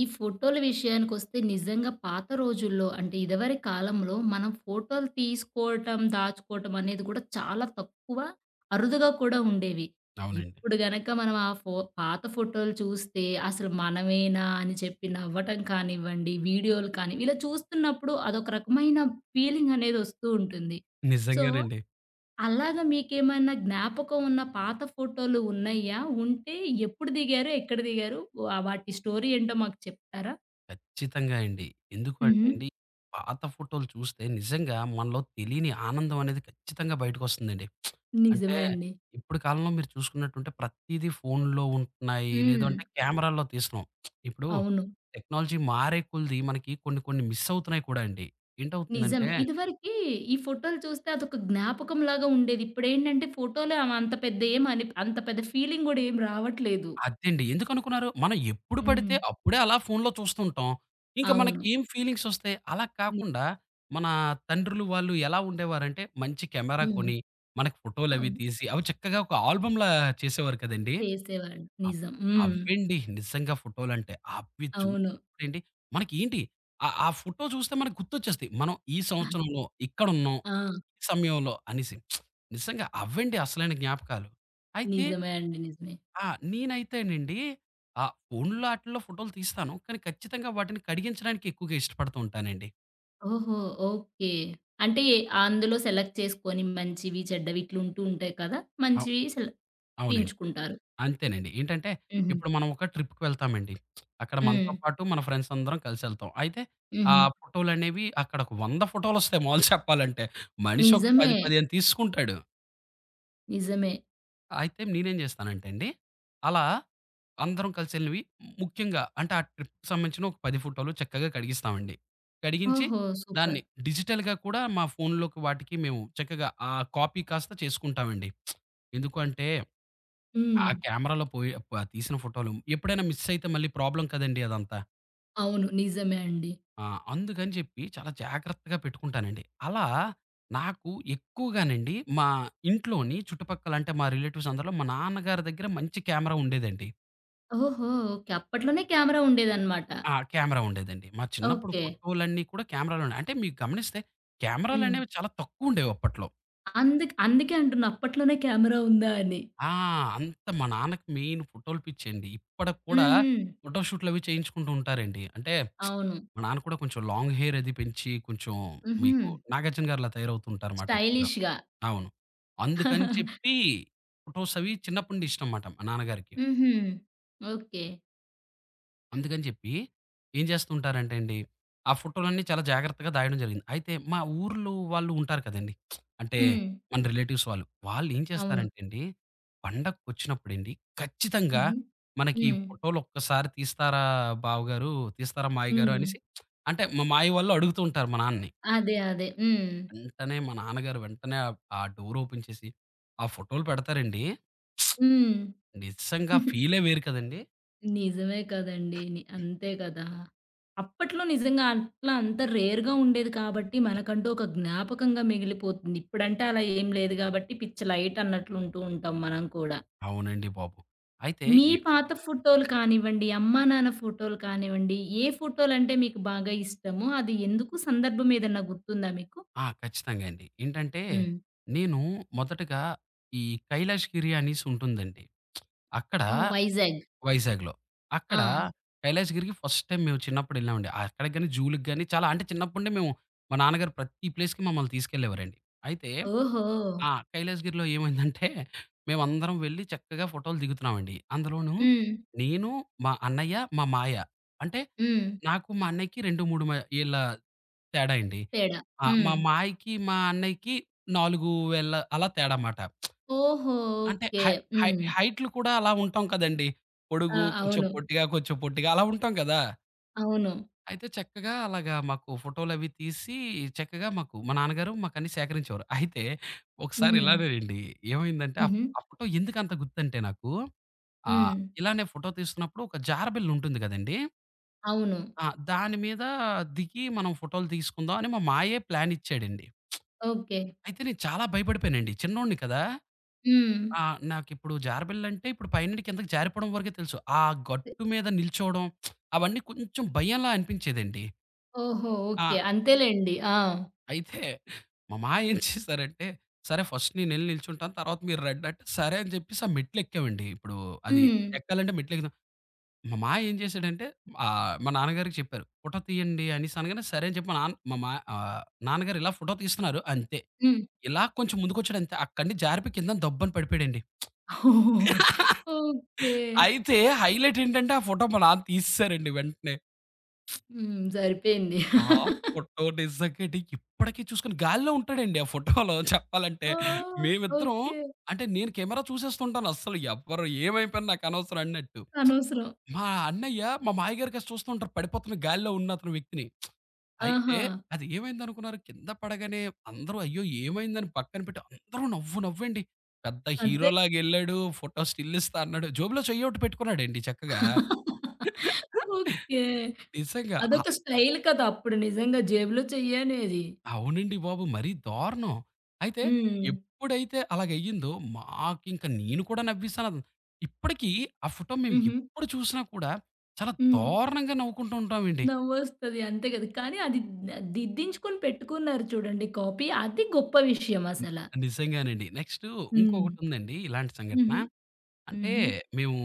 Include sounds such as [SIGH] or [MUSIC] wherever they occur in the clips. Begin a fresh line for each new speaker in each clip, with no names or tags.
ఈ ఫోటోల విషయానికొస్తే నిజంగా పాత రోజుల్లో అంటే ఇదివరి కాలంలో మనం ఫోటోలు తీసుకోవటం, దాచుకోవటం అనేది కూడా చాలా తక్కువ, అరుదుగా కూడా ఉండేవి.
అవునండి.
ఇప్పుడు గనక మనం ఆ ఫో పాత ఫోటోలు చూస్తే అసలు మనమేనా అని చెప్పి నవ్వటం కానివ్వండి, వీడియోలు కానీ ఇలా చూస్తున్నప్పుడు అదొక రకమైన ఫీలింగ్ అనేది వస్తూ ఉంటుంది. సో
నిజంగానండి.
అలాగా మీకేమైనా జ్ఞాపకం ఉన్న పాత ఫోటోలు ఉన్నయ్యా? ఉంటే ఎప్పుడు దిగారు? ఎక్కడ దిగారు? వాటి స్టోరీ ఏంటో మాకు చెప్తారా?
ఖచ్చితంగా అండి. ఎందుకు అంటే
హుహు.
అండి, పాత ఫోటోలు చూస్తే నిజంగా మనలో తెలియని ఆనందం అనేది ఖచ్చితంగా బయటకొస్తుందండి. అంటే
నిజమే అండి.
ఇప్పుడు కాలంలో మీరు చూసుకున్నట్టుంటే ప్రతీదీ ఫోన్‌లో ఉంటున్నాయి. లేదు
హ్మ్.
అంటే కెమెరాల్లో తీస్తున్నాం. ఇప్పుడు
అవును.
టెక్నాలజీ మారే కొలిది మనకి కొన్ని కొన్ని మిస్ అవుతున్నాయి కూడా అండి. ఏంటవుతుందంటే
నిజమే. ఇదివరకి ఈ ఫోటోలు చూస్తే అదొక జ్ఞాపకంలాగా ఉండేది. ఇప్పుడేంటంటే ఫోటోలు అవి అంత పెద్ద ఏం అని అంత పెద్ద ఫీలింగ్ గూడా ఏం రావట్లేదు.
అదేండి. ఎందుకనుకున్నారు? మనం ఎప్పుడు
హ్మ్.
పడితే అప్పుడే అలా ఫోన్‌లో చూస్తుంటాం. ఇంక మనకి
అవును.
ఏం ఫీలింగ్స్ ఒస్తాయి? అలా
ని
కాకుండా మన తండ్రులు వాళ్ళు ఎలా ఉండేవారంటే, మంచి కెమెరా
హ్మ్.
కొని, మనకు ఫోటోలవి
అవును.
తీసి, అవి చక్కగా ఒక ఆల్బమ్‌లా చేసేవారు కదండీ!
చేసేవాళ్ళు.
అవ్
నిజం. హ్మ్.
అవ్వండి నిజంగా ఫోటోలంటే. అవి
అవును.
చూడండి మనకేంటి ఆ ఆ ఫోటో చూస్తే మనకు గుర్తొచ్చేస్తాయి. మనం ఈ సంవత్సరంలో ఇక్కడున్నాం,
ఆ!
ఈ సమయంలో అనేసి. నిజంగా అవ్వండి అసలైన జ్ఞాపకాలు. అయితే
నిజమే అండి. నిజమే.
ఆ! నేనైతేనండి ఆ ఫోనుల్లో ఆటిల్లో ఫోటోలు తీస్తాను. కానీ ఖచ్చితంగా వాటిని కడిగించడానికి ఎక్కువగా ఇష్టపడుతూ ఉంటానండి.
ఓహో! ఓకే. అంటే అందులో సెలెక్ట్ చేసుకొని మంచివి, చెడ్డవి ఇట్లుంటూ ఉంటాయి కదా!
అవ్
మంచివి సెల
అవునండి.
ఎంచుకుంటారు.
అంతేనండి. ఏంటంటే
హుహు.
ఇప్పుడు మనం ఒక ట్రిప్‌కి వెళ్తామండి. అక్కడ
హ్మ్.
మనతో పాటు మన ఫ్రెండ్స్ అందరం కలిసెళ్తాం. అయితే ఆ
హుహు.
ఫోటోలనేవి అక్కడ ఒక 100 ఫోటోలొస్తాయి మాములుగా చెప్పాలంటే. మనిషి ఒక 10,
నిజమే.
15 తీసుకుంటాడు.
నిజమే.
అయితే నేనేం చేస్తానంటే అండి, అలా అందరం కలిసెళ్ళినవి ముఖ్యంగా అంటే ఆ ట్రిప్‌కి సంబంధించిన ఒక 10 ఫోటోలు చక్కగా కడిగిస్తామండి. కడిగించి
ఓహో!
దాన్ని
సూపర్.
డిజిటల్‌గా కూడా మా ఫోన్‌లోకి వాటికి మేము చక్కగా కాపీ కాస్త చేసుకుంటామండి. ఎందుకు అంటే,
హ్మ్.
ఆ కెమెరాలో పోయి తీసిన ఫోటోలు ఎప్పుడైనా మిస్ అయితే మళ్ళీ ప్రాబ్లమ్ కదండీ అదంతా.
అవును. నిజమే అండి.
ఆ! అందుకని చెప్పి చాలా జాగ్రత్తగా పెట్టుకుంటానండి. అలా నాకు ఎక్కువగానండి మా ఇంట్లోని చుట్టుపక్కల అంటే మా రిలేటివ్స్ అందరిలో మా నాన్నగారి దగ్గర మంచి కెమెరా ఉండేదండి.
ఓహో! ఓకే. అప్పట్లోనే కెమెరా ఉండేదన్నమాట.
ఆ! కెమెరా ఉండేదండి. మా చిన్నప్పుడు
ఓకే.
ఫోటోలన్నీ కూడా కెమెరాలోనే అంటే మీరు గమనిస్తే
హ్మ్.
కెమెరాలనేవి చాలా తక్కువుండేవి అప్పట్లో.
అందుకే అంటున్నా అప్పట్లోనే కెమెరా ఉందా అని.
ఆ! అంత మా నాన్నకి మెయిన్ ఫోటోల పిచ్చండి. ఇప్పటికి కూడా
హుహు.
ఫోటో షూట్‌లవి చేయించుకుంటూ ఉంటారండి. అంటే
అవును.
మా నాన్న కూడా కొంచెం లాంగ్ హెయిర్ అది పెంచి కొంచెం
హుహు.
మీకు నాగార్జున గారిలా తయారవుతూ ఉంటారన్నమాట ఎక్కువగా.
స్టైలిష్‌గా. హుహు.
అవును. అందుకని చెప్పి ఫోటోస్ అవి చిన్నప్పటి నుండి ఇష్టం మాట మా నాన్నగారికి.
[LAUGHS] ఓకే.
అందుకని చెప్పి ఏం చేస్తుంటారంటే అండి, ఆ ఫోటోలన్నీ చాలా జాగ్రత్తగా దాయడం జరిగింది. అయితే మా ఊర్లో వాళ్ళు ఉంటారు కదండీ! అంటే
హ్మ్.
మన రిలేటివ్స్ వాళ్ళు. వాళ్ళు ఏం
అవును.
చేస్తారంటే అండి, పండగకొచ్చినప్పుడండి ఖచ్చితంగా
హుహు.
మనకి ఈ
హ్మ్.
ఫోటోలు ఒక్కసారి తీస్తారా బావగారు, తీస్తారా మావయ్యగారు
హ్మ్.
అనేసి అంటే మా మావయ్య వాళ్ళు అడుగుతూ ఉంటారు మా నాన్నని.
అదే. అదే. హ్మ్.
వెంటనే మా నాన్నగారు ఆ డోర్ ఓపెన్ చేసి ఆ ఫోటోలు పెడతారండి.
హ్మ్.
నిజంగా
[LAUGHS]
ఫీలే వేరు కదండీ!
నిజమే కదండీ. అంతే కదా! అప్పట్లో నిజంగా అట్లా అంత రేర్‌గా ఉండేది కాబట్టి మనకంటూ ఒక జ్ఞాపకంగా మిగిలిపోతుంది. ఇప్పుడంటే అలా ఏం లేదు కాబట్టి పిచ్చి లైట్ అన్నట్లు ఉంటూ ఉంటాం మనం కూడా.
అవునండి బాబు. అయితే
మీ
ఈ
పాత ఫోటోలు కానివ్వండి, అమ్మా నాన్న ఫోటోలు కానివ్వండి, ఏ ఫోటోలంటే మీకు బాగా ఇష్టము? అది ఎందుకు? సందర్భం ఏదన్నా గుర్తుందా మీకు?
ఆ! ఖచ్చితంగా అండి. ఏంటంటే,
హ్మ్.
నేను మొదటగా ఈ 'కైలాష్‌గిరి' అనేసి ఉంటుందండి. అక్కడ
ఓహ్! వైజాగ్.
వైజాగ్‌లో.
ఆ!
అక్కడ 'కైలాష్‌గిరికి' ఫస్ట్ టైమ్ మేము చిన్నప్పుడు ఎళ్ళామండి. అక్కడికి గాని, జూ‌లకి గాని చాలా అంటే చిన్నప్పుడే మేము మా నాన్నగారు ప్రతి ప్లేస్‌కి మమ్మల్ని తీసుకెళ్ళేవారండి. అయితే
ఓహో!
ఆ! కైలాసగిరిలో ఏమైందంటే, మేమందరం వెళ్లి చక్కగా ఫోటోలు దిగుతున్నామండి. అందులోనూ
హ్మ్.
నేను, మా అన్నయ్య, మా మాయ. అంటే
హ్మ్.
నాకు, మా అన్నయ్యకి 2, 3 ఏళ్ళ తేడా అండి.
తేడా.
ఆ!
హ్మ్.
మా మాయకి, మా అన్నయ్యకి 4 వేళ్ళ అలా తేడా మాట.
ఓహో!
అంటే
ఓకే.
హై హై
హ్మ్.
హైట్‌లు కూడా అలా ఉంటాం కదండీ.
ఆ!
పొడుగు, కొంచెం
అవును.
పొట్టిగా, కొంచెం పొట్టిగా అలా ఉంటాం కదా!
అవును.
అయితే చక్కగా అలాగా మాకు ఫోటోలవి తీసి, చక్కగా మాకు మా నాన్నగారు మాకన్నీ సేకరించేవారు. అయితే ఒకసారి
హ్మ్.
ఇలానేనండి ఏమైందంటే ఆ
హుహు.
ఆ ఫోటో ఎందుకంత గుర్తంటే నాకు ఆహ్,
హ్మ్.
ఇలానే ఫోటో తీస్తున్నప్పుడు ఒక జారబిల్లుంటుంది గదండీ!
అవును.
ఆ! దాని మీద దిగి మనం ఫోటోలు తీసుకుందాం అని మా మావయ్యే ప్లానిచ్చాడండి.
ఓకే.
అయితే నేను చాలా భయపడిపోయానండి. చిన్నోడిని కదా!
హ్మ్.
ఆ! నాకిప్పుడు జారబిల్లంటే ఇప్పుడు పైనుండి కిందకి జారిపోవడం వరకే తెలుసు. ఆ
తె
గట్టు మీద నిల్చోవడం అవన్నీ కొంచెం భయంలా అనిపించేదండి.
ఓహో!
ఆ!
ఓకే. అంతేలెండి. ఆ!
అయితే మా మామ ఏం చేశారంటే, "సరే ఫస్ట్ నేనెళ్లి నిల్చుంటాను. తర్వాత మీరు రండి" అంటే, సరే అని చెప్పేసి ఆ మెట్లెక్కామండి. ఇప్పుడు అది
హ్మ్.
ఎక్కాలంటే మెట్లెక్కుదాం. మా మామ ఏం చేశాడంటే ఆహ్, మా నాన్నగారికి చెప్పారు. "ఫోటో తీయండి" అనేసి అనగానే, సరే అని చెప్పి మా నాన్న మా మా ఆహ్, నాన్నగారు ఇలా ఫోటో తీస్తున్నారు అంతే.
హ్మ్.
ఇలా కొంచెం ముందుకొచ్చాడు అంతే. అక్కడి నుంచి జారిపోయి కిందన దబ్బున పడిపోయాడండి.
[LAUGHS] ఓహ్!
[LAUGHS]
ఓకే.
అయితే హైలైట్ ఏంటంటే, ఆ ఫోటో మా నాన్న తీసేసారండి వెంటనే.
హ్మ్. సరిపోయింది.
ఆ ఫోటో నిజంగండి ఇప్పటికి చూసుకొని గాలిలో ఉంటాడండి ఆ ఫోటోలో చెప్పాలంటే.
ఓహ్!
మేమిద్దరం
ఓకే.
అంటే నేను కెమెరా చూసేస్తుంటాను అస్సలు ఎవరు ఏమైపోయినా నాకనవసరం అన్నట్టు.
అనవసరం.
మా అన్నయ్య మా మావయ్యగారు కాస్త చూస్తూ ఉంటారు పడిపోతున్న గాలిలో ఉన్న అతని వ్యక్తిని. అయితే
ఆహా!
అది ఏమైందనుకున్నారు కింద పడగానే అందరూ అయ్యో! ఏమైందని పక్కన పెట్టి అందరూ నవ్వు నవ్వండి. పెద్ద
అంతే.
హీరోలాగెళ్ళాడు ఫోటో స్టిల్ ఇస్తా అన్నాడు. జేబులో చెయ్యోటి పెట్టుకున్నాడండి చక్కగా.
ఓకే.
నిజంగా.
అదొక స్టైల్ కదా! అప్పుడు నిజంగా జేబులో చెయ్యనేది.
అవునండి బాబు! మరీ దారుణం. అయితే
హ్మ్.
ఎప్పుడైతే అలాగయ్యిందో మాకింక నేను కూడా నవ్వేసాను. ఇప్పటికీ ఆ ఫోటో మేము
హుహు.
ఎప్పుడు చూసినా కూడా చాలా
హ్మ్.
దారుణంగా నవ్వుకుంటూ ఉంటామండి.
నవ్వొస్తది. అంతే కదా! కానీ అది దిద్దించుకొని పెట్టుకున్నారు చూడండి కాపీ. అది గొప్ప విషయం
హ్మ్.
అసల.
నిజంగానండి. నెక్స్టు
హ్మ్.
ఇంకొకటుందండి ఇలాంటి సంఘటన.
హుహు.
అంటే
హుహు.
మేము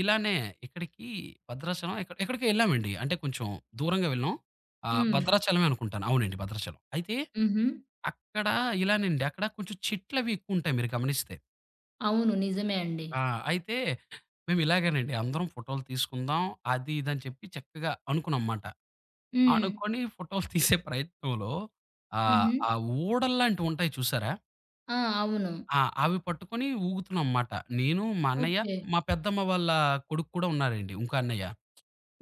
ఇలానే ఇక్కడికి భద్రాచలం ఎక్కడికో ఎళ్ళామండి. అంటే కొంచెం దూరంగా వెళ్ళాం. ఆహ్,
హ్మ్.
భద్రాచలమే అనుకుంటాను. అవునండి భద్రాచలం. అయితే
హుహు.
అక్కడ ఇలానండి అక్కడ కొంచెం చెట్లవి ఎక్కువుంటాయి మీరు గమనిస్తే.
అవును. నిజమే అండి.
ఆ! అయితే మేమిలాగేనండి అందరం ఫోటోలు తీసుకుందాం. అది ఇది అని చెప్పి చక్కగా అనుకున్నాంమాట.
హ్మ్.
అనుకోని ఫోటోలు తీసే ప్రయత్నంలో ఆహ్,
హుహు.
ఆ ఊడల్లాంటివుంటాయి చూసారా?
ఆ! అవును.
ఆ! అవి పట్టుకొని ఊగుతున్నాంమాట. నేను, మా అన్నయ్య,
ఓకే.
మా పెద్దమ్మ వాళ్ళ కొడుకు కూడా ఉన్నారండి ఇంకో అన్నయ్య.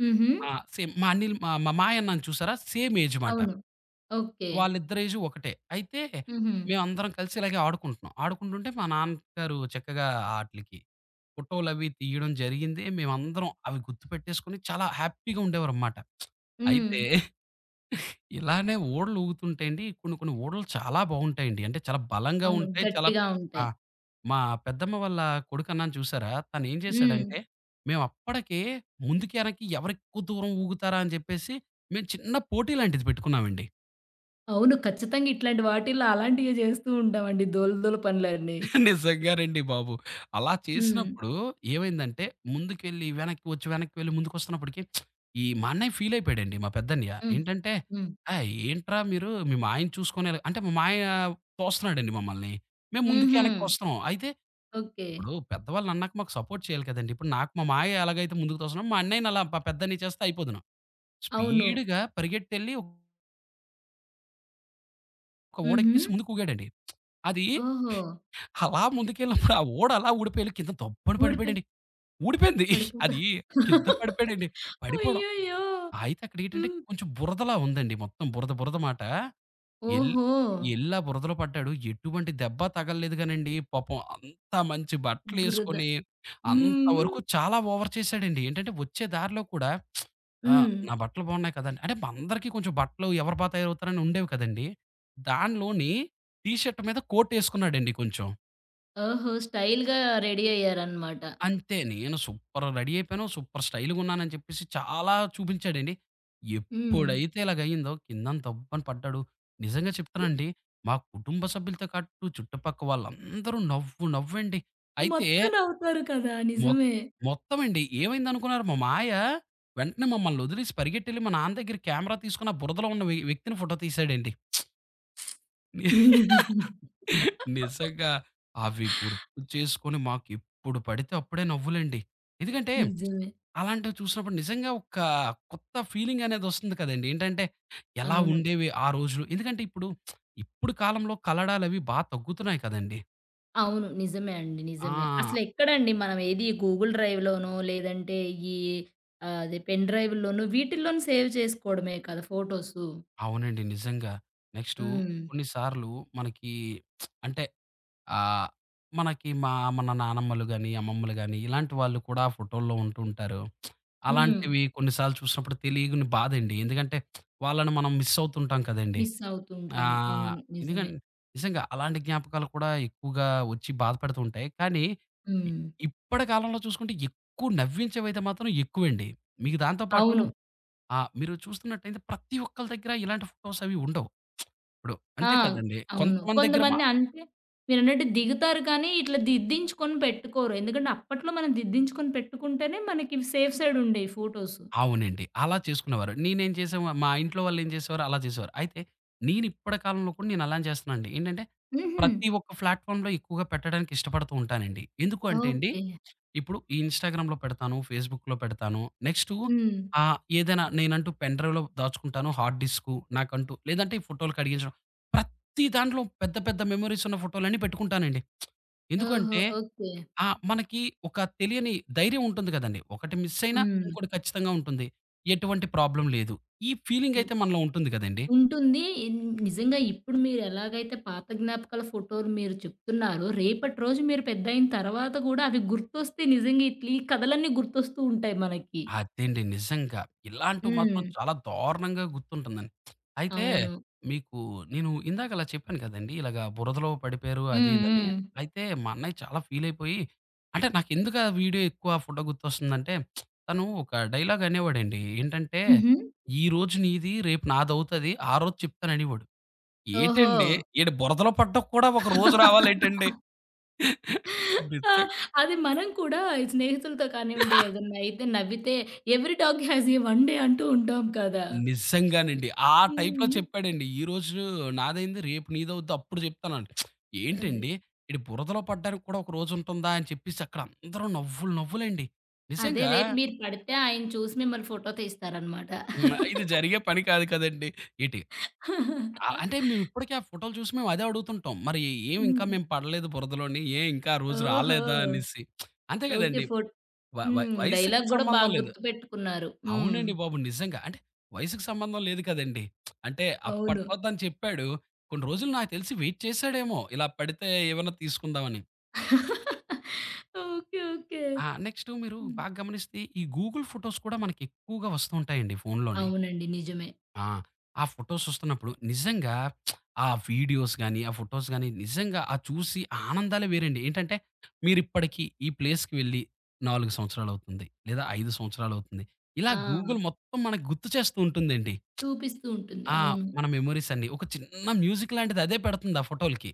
హుహు.
ఆ! సేమ్ మా అన్నిల్ మా మా మాయన్నాను చూసారా? సేమ్ ఏజ్ మాట.
అవును. ఓకే.
వాళ్ళిద్దరి ఏజు ఒకటే. అయితే
హుహు.
మేమందరం కలిసి ఇలాగే ఆడుకుంటున్నాం. ఆడుకుంటుంటే మా నాన్నగారు చక్కగా ఆటిలికి ఫోటోలవి తీయడం జరిగింది. మేమందరం అవి గుర్తుపెట్టేసుకొని చాలా హ్యాపీగా ఉండేవారనమాట.
హ్మ్.
అయితే ఇలానే ఓడలు ఊగుతుంటే అండి కొన్ని కొన్ని ఓడలు చాలా బావుంటాయండి. అంటే చాలా బలంగా
అవును.
ఉంటాయి. చాలా
గట్టిగా
ఆ!
ఉంటాయి.
మా పెద్దమ్మ వాళ్ళ కొడుకన్నాను చూసారా? తనేం
హ్మ్.
చేశాడంటే మేము అప్పటికే ముందుకి, ఎనక్కి ఎవరెక్కువ దూరం ఊగుతారా అని చెప్పేసి మేము చిన్న పోటీ లాంటిది పెట్టుకున్నామండి.
అవును. ఖచ్చితంగా ఇట్లాంటి వాటిల్లో అలాంటియే చేస్తూ ఉంటామండి. దోల దోల పనులన్నీ.
నిజంగానండి బాబు. అలా
హ్మ్.
చేసినప్పుడు ఏమైందంటే, ముందుకెళ్ళి, వెనక్కి వచ్చి, వెనక్కి వెళ్లి, ముందుకొస్తున్నప్పటికి ఈ మా అన్నయ్య ఫీల్ అయిపోయాడండి. మా పెద్దన్నయ్య.
హ్మ్.
ఏంటంటే,
హ్మ్.
"ఏయ్! ఏంట్రా మీరు మీ మావయ్యని చూసుకొని ఎలా-" అంటే మా మావయ్య తోస్తున్నాడండి మమ్మల్ని. మేము ముందుకి,
హుహు.
వెనక్కొస్తున్నాం. అయితే
ఓకే.
ఇప్పుడు పెద్దవాళ్ళు అన్నాక మాకు సపోర్ట్ చేయాలి కదండీ! ఇప్పుడు నాకు మా మావయ్య ఎలాగైతే ముందుకు తోస్తున్నాడో, మా అన్నయ్యని అలా మా పెద్దన్నయ్య చేస్తే అయిపోదును.
అవును.
స్పీడ్‌గా పరిగెట్టెళ్లి ఒక
హుహు.
ఓడెక్కేసి ముందుకు ఊగాడండి. అది
ఓహో!
అలా ముందుకెళ్ళినప్పుడు ఆ ఓడ అలా ఊడిపోయి ఎళ్లి కింద దబ్బున
ఊడిపోయి
పడిపోయాడండి. ఊడిపోయింది.
పడిపోతా.
అది కింద పడిపోయాడండి. పడిపోవడం
అయ్యయ్యో!
అయితే అక్కడేంటంటే
హ్మ్.
కొంచెం బురదలా ఉందండి. మొత్తం బురద, బురద మాట. ఎల్
ఓహో!
ఎళ్ళి ఆ బురదలో పడ్డాడు. ఎటువంటి దెబ్బ తగలలేదు గానండి. పాపం అంత మంచి
బురద.
బట్టలేసుకొని అంత
హ్మ్.
వరకు చాలా ఓవర్ చేశాడండి. ఏంటంటే వచ్చే దారిలో కూడా ఆహ్,
హ్మ్.
నా బట్టలు బాగున్నాయి కదండీ! అంటే మా అందరికీ కొంచెం బట్టలు ఎవరు బా తయారవుతారని ఉండేవి కదండీ! దానిలోని టీ షర్ట్ మీద కోట్ ఏసుకున్నాడండి కొంచెం.
ఓహో! స్టైల్‌గా రెడీ అయ్యారనమాట.
అంతే. నేను సూపర్ రెడీ అయిపోయాను. సూపర్ స్టైల్‌గున్నానని చెప్పేసి చాలా చూపించాడండి.
హ్మ్.
ఎప్పుడైతే ఇలాగయిందో కిందంత దబ్బని పడ్డాడు. నిజంగా చెప్తానండి మా కుటుంబ సభ్యులతో కట్టు చుట్టుపక్క వాళ్ళందరూ నవ్వు నవ్వండి. అయితే
మొత్తం నవ్వుతారు కదా!
మొ
నిజమే.
మొత్తమండి ఏమైందనుకున్నారు మా మాయ వెంటనే మమ్మల్నొదిలేసి పరిగెట్టెళ్లి మా నాన్న దగ్గర కెమెరా తీసుకొని ఆ బురదలో ఉన్న వ్యక్తిని ఫోటో తీసాడండి. ని- నిజంగా అవి గుర్తు చేసుకొని మాకెప్పుడు పడితే అప్పుడే నవ్వులండి. ఎందుకంటే
నిజమే.
అలాంటివి చూసినప్పుడు నిజంగా ఒక కొత్త ఫీలింగ్ అనేది వస్తుంది కదండీ. ఏంటంటే ఎలా
అవును.
ఉండేవి ఆ రోజులు? ఎందుకంటే ఇప్పుడు కాలంలో కలడాలవి బా తగ్గుతున్నాయి కదండీ.
అవును. నిజమే అండి.
ఆ!
నిజమే. అసలెక్కడండి మనం ఏది గూగుల్ డ్రైవ్‌లోనో లేదంటే ఈ ఆహ్, అదే పెన్ డ్రైవ్‌ల్లోనూ వీటిల్లోనూ సేవ్ చేసుకోవడమే కదా! ఫోటోసు.
అవునండి నిజంగా. నెక్స్టు
హ్మ్.
కొన్ని సార్లు మనకి [TSK] అంటే ఆహ్, మనకి మా మన నానమ్మలు గాని, అమ్మమ్మలు గాని ఇలాంటి వాళ్ళు కూడా ఫోటోల్లో ఉంటూ ఉంటారు.
హ్మ్.
అలాంటివి కొన్ని సార్లు చూసినప్పుడు తెలియని బాధండి. ఎందుకంటే వాళ్ళని మనం మిస్ అవుతుంటాం కదండీ!
మిస్ అవుతూ ఉంటాము.
ఆహ్,
అవును.
ఎందుకం
నిజమే.
నిజంగా అలాంటి జ్ఞాపకాలు కూడా ఎక్కువగా వచ్చి బాధపెడుతూ ఉంటాయి. కానీ ఇ
హ్మ్.
ఇప్పటి కాలంలో చూసుకుంటే ఎక్కువ నవ్వించేవైతే మాత్రం ఎక్కువండి. మీకు దాంతో పాటు
అవును.
ఆహ్, మీరు చూస్తున్నట్టయితే ప్రతి ఒక్కళ్ళ దగ్గర ఇలాంటి ఫోటోస్ అవి ఉండవు. ఇప్పుడు
ఆ!
అంతే కదండీ!
అవును.
కొంతమంది దగ్గర
కొంతమంది అంటే మీరన్నట్టు దిగుతారు కానీ, ఇట్లా దిద్దించుకొని పెట్టుకోరు. ఎందుకంటే అప్పట్లో మనం దిద్దించుకొని పెట్టుకుంటేనే మనకి సేఫ్ సైడ్ ఉండేవి ఫోటోస్.
అవునండి. అలా చేసుకునేవారు. నేనేం చేసేవా మా ఇంట్లో వాళ్ళేం చేసేవారు అలా చేసేవారు. అయితే నేనిప్పటి కాలంలో కూడా నేను అలానే చేస్తున్నానండి. ఏంటంటే
హుహు.
ప్రతి ఒక్క ప్లాట్‌ఫార్మ్‌లో ఎక్కువగా పెట్టడానికి ఇష్టపడుతూ ఉంటానండి. ఎందుకు అంటే అండి,
ఓకే.
ఇప్పుడు ఈ ఇన్‌స్టాగ్రామ్‌లో పెడతాను, ఫేస్‌బుక్‌లో పెడతాను. నెక్స్టు
హ్మ్.
ఆహ్, ఏదైనా నేనంటూ పెన్ డ్రైవ్‌లో దాచుకుంటాను. హార్డ్ డిస్కు నాకంటూ లేదంటే ఈ ఫోటోలు కడిగించడం. ప్రతి దాంట్లో పెద్ద పెద్ద మెమోరీస్ ఉన్న ఫోటోలన్నీ పెట్టుకుంటానండి.
ఓహో!
ఎందుకంటే
ఓకే.
ఆ! మనకి ఒక తెలియని ధైర్యం ఉంటుంది కదండీ! ఒకటి మిస్ అయినా
హ్మ్.
ఇంకోటి ఖచ్చితంగా ఉంటుంది. ఎటువంటి ప్రాబ్లమ్ లేదు. ఈ ఫీలింగ్
హ్మ్.
అయితే మనలో ఉంటుంది కదండీ!
ఉంటుంది. నిజంగా ఇప్పుడు మీరు ఎలాగైతే పాత జ్ఞాపకాల ఫోటోలు మీరు చెప్తున్నారో, రేపటి రోజు మీరు పెద్దయిన తర్వాత గూడా అవి గుర్తొస్తే నిజంగా ఇట్లా ఈ కథలన్నీ గుర్తొస్తూ ఉంటాయి మనకి.
అదండి నిజంగా. ఇలాంటివి
హ్మ్.
మాత్రం చాలా దారుణంగా గుర్తుంటుందండి. అయితే
అవును.
మీకు నేను ఇందాక అలా చెప్పాను కదండీ! ఇలాగ బురదలో పడిపోయారు అది
హ్మ్.
ఇదని.
హ్మ్.
అయితే మా అన్నయ్య చాలా ఫీల్ అయిపోయి అంటే నాకెందుకు ఆ వీడియో ఎక్కువ ఆ ఫోటో గుర్తొస్తుందంటే తను ఒక డైలాగ్ అనేవాడండి. ఏంటంటే
హుహు.
"ఈరోజు నీది రేపు నాదవుతది. ఆ రోజు చెప్తాను" అనేవాడు.
ఓహో!
ఏటండి? ఈడ బురదలో పడ్డానికి కూడా ఒక రోజు రావాలేటండి?
ఆ!
నిజం
అది మనం కూడా ఈ స్నేహితులతో కానివ్వండి, ఏదన్నా అయితే నవ్వితే every dog has a one day అంటూ ఉంటాం కదా!
నిజంగానండి. ఆ టైప్‌లో
హ్మ్.
చెప్పాడండి. ఈరోజు నాదైంది, రేపు నీదవుద్ది అప్పుడు చెప్తానంట.
అది.
ఏంటండి? ఈడ బురదలో పడ్డానికి కూడా ఒక రోజుంటుందా? అని చెప్పేసి అక్కడ అందరూ నవ్వులు నవ్వులండి.
అదే
నిజంగా
రేపు మీరు పడితే ఆయన చూసి మిమ్మల్ని ఫోటో తీస్తారనమాట.
హ్మ్. ఇది జరిగే పని కాదు కదండీ! ఏటి ఆహ్, అంటే మేమిప్పటికి ఆ ఫోటోలు చూసి మేము అదే అడుగుతుంటాం. మరి ఏం ఇంకా
హ్మ్.
మేము పడలేదు బురదలోని? ఏం ఇంకా ఆ రోజు
ఓహో!
రాలేదా అనేసి? అంతే
ఓకే.
కదండీ! వ వ
హ్మ్.
వయసుకి
డైలాగ్ గూడా బాగా
సంబంధం లేదు.
గుర్తుపెట్టుకున్నారు. హ్మ్.
అవునండి బాబు. నిజంగా. అంటే వయసుకి సంబంధం లేదు కదండీ. అంటే
అవును.
అప్పట్లో తను చెప్పాడు. కొన్ని రోజులు నాకు తెలిసి వెయిట్ చేసాడేమో. ఇలా పడితే ఏమన్నా తీసుకుందామని.
[LAUGHS] ఓకే. ఓకే.
ఆ! నెక్స్ట్ మీరు
హ్మ్.
బాగా గమనిస్తే ఈ గూగుల్ ఫోటోస్ కూడా మనకి ఎక్కువగా వస్తూ ఉంటాయండి ఫోనులోని.
అవునండి. నిజమే.
ఆ! ఆ ఫోటోస్ వస్తున్నప్పుడు నిజంగా ఆ వీడియోస్ గాని, ఆ ఫోటోస్ గాని నిజంగా ఆ చూసి ఆ ఆనందాలే వేరండి. ఏంటంటే మీరిప్పటికి ఈ ప్లేస్‌కి వెళ్ళి 4 సంవత్సరాలవుతుంది. లేదా 5 సంవత్సరాలవుతుంది. ఇలా
ఆ!
గూగుల్ మొత్తం మనకు గుర్తు చేస్తూ ఉంటుందండి.
చూపిస్తూ ఉంటుంది.
ఆ!
అవును.
మన మెమోరీస్ అన్నీ. ఒక చిన్న మ్యూజిక్ లాంటిది అదే పెడుతుంది ఆ ఫోటోలకి.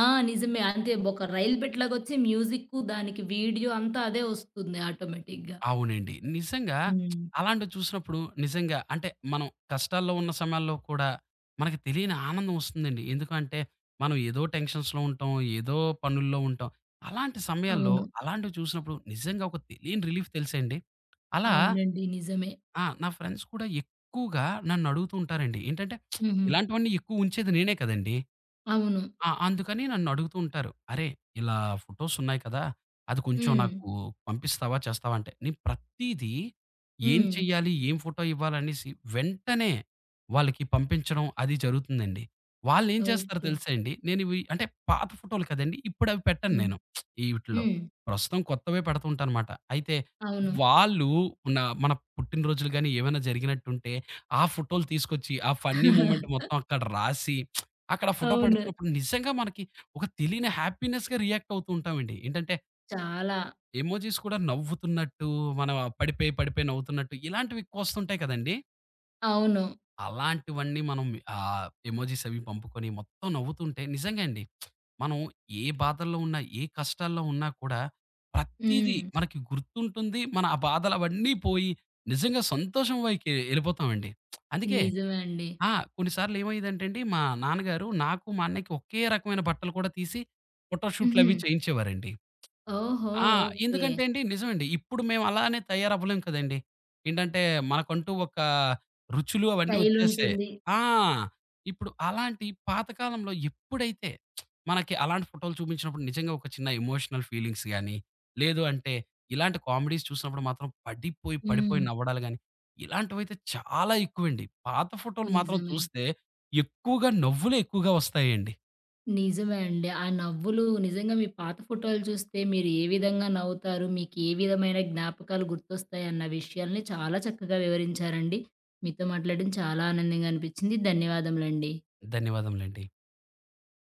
ఆ! నిజమే. అంతే ఒక రైలు పెట్టెలాగొచ్చి మ్యూజిక్కు, దానికి వీడియో అంతా అదే వస్తుంది ఆటోమేటిక్‌గా.
అవునండి. నిజంగా
హ్మ్.
అలాంటివి చూసినప్పుడు నిజంగా అంటే మనం కష్టాల్లో ఉన్న సమయాల్లో కూడా మనకు తెలియని ఆనందం వస్తుందండి. ఎందుకంటే మనం ఏదో టెన్షన్స్‌లో ఉంటాం. ఏదో పనుల్లో ఉంటాం. అలాంటి సమయాల్లో
అవును.
అలాంటివి చూసినప్పుడు నిజంగా ఒక తెలియని రిలీఫ్ తెలుసాండి. అలా
అవునండి. నిజమే.
ఆ! నా ఫ్రెండ్స్ కూడా ఎక్కువగా నన్ను అడుగుతూ ఉంటారండి. ఏంటంటే
హుహు.
ఇలాంటివన్నీ ఎక్కువ ఉంచేది నేనే కదండీ!
అవును.
ఆ! అందుకని నన్నడుగుతూ ఉంటారు. "అరే! ఇలా ఫోటోస్ ఉన్నాయి కదా! అది కొంచెం
హ్మ్.
నాకు పంపిస్తావా? చేస్తావా?" అంటే నేను ప్రతీదీ ఏం
హ్మ్.
చెయ్యాలి? ఏం ఫోటో ఇవ్వాలనేసి వెంటనే వాళ్ళకి పంపించడం అది జరుగుతుందండి. వాళ్ళేం చేస్తారో
ఓకే.
తెలుసా అండి? నేను ఇవి అంటే పాత ఫోటోలు కదండీ! ఇప్పుడవి పెట్టను
హ్మ్.
నేను ఈటిల్లో.
హ్మ్.
ప్రస్తుతం కొత్తవే పెడుతుంటానమాట. అయితే
అవును.
వాళ్ళు మన పుట్టినరోజులు గాని ఏమైనా జరిగినట్టుంటే ఆ ఫోటోలు తీసుకొచ్చి ఆ ఫన్నీ మూమెంట్
[LAUGHS]
మొత్తం అక్కడ రాసి అక్కడ ఫోటో
అవును.
పెడుతున్నప్పుడు నిజంగా మనకి ఒక తెలియని హ్యాపీనెస్‌గా రియాక్ట్ అవుతూ ఉంటామండి. ఏంటంటే
చాలా.
ఎమోజిస్ కూడా నవ్వుతున్నట్టు, మనం ఆ పడిపోయి, పడిపోయి నవ్వుతున్నట్టు ఇలాంటివి ఎక్కువొస్తుంటాయి కదండీ!
అవును.
అలాంటివన్నీ మనం ఆహ్, ఎమోజిస్ అవి పంపుకొని మొత్తం నవ్వుతుంటే నిజంగా అండి. మనం ఏ బాధల్లో ఉన్నా, ఏ కష్టాల్లో ఉన్నా కూడా ప్రతీదీ
హ్మ్.
మనకి గుర్తుంటుంది. మన ఆ బాధలు అవన్నీ పోయి నిజంగా సంతోషం వైకి ఎళ్ళిపోతామండి. అందుకే
నిజమే అండి.
ఆ! కొన్నిసార్లు ఏమయ్యేదంటే అండి, మా నాన్నగారు నాకు, మా అన్నయ్యకి ఒకే రకమైన బట్టలు కూడా తీసి
హుహు.
ఫోటోషూట్‌లవి చేయించేవారండి.
ఓహో!
ఆ!
ఓకే.
ఎందుకంటే అండి నిజమండి. ఇప్పుడు మేము అలానే తయారవ్వలేం కదండీ. ఏంటంటే మనకంటూ ఒక రుచులు అవన్నీ వచ్చేసాయి.
స్టైలుంటుంది.
ఆ! ఇప్పుడు అలాంటి పాత కాలంలో ఎప్పుడైతే మనకి అలాంటి ఫోటోలు చూపించినప్పుడు నిజంగా ఒక చిన్న ఎమోషనల్ ఫీలింగ్స్ గాని, లేదు అంటే ఇలాంటి కామెడీస్ చూసినప్పుడు మాత్రం పడిపోయి,
హ్మ్.
పడిపోయి నవ్వడాలు గాని, ఇలాంటివైతే చాలా ఎక్కువండి. పాత ఫోటోలు మాత్రం
నిజమే.
చూస్తే ఎక్కువగా నవ్వులే ఎక్కువగా వస్తాయండి.
నిజమే అండి. ఆ నవ్వులు నిజంగా మీ పాత ఫోటోలు చూస్తే మీరు ఏ విధంగా నవ్వుతారు? మీకు ఏ విధమైన జ్ఞాపకాలు గుర్తొస్తాయి అన్న విషయాల్ని చాలా చక్కగా వివరించారండి. మీతో మాట్లాడడం చాలా ఆనందంగా అనిపించింది. ధన్యవాదములండి.
ధన్యవాదములండి.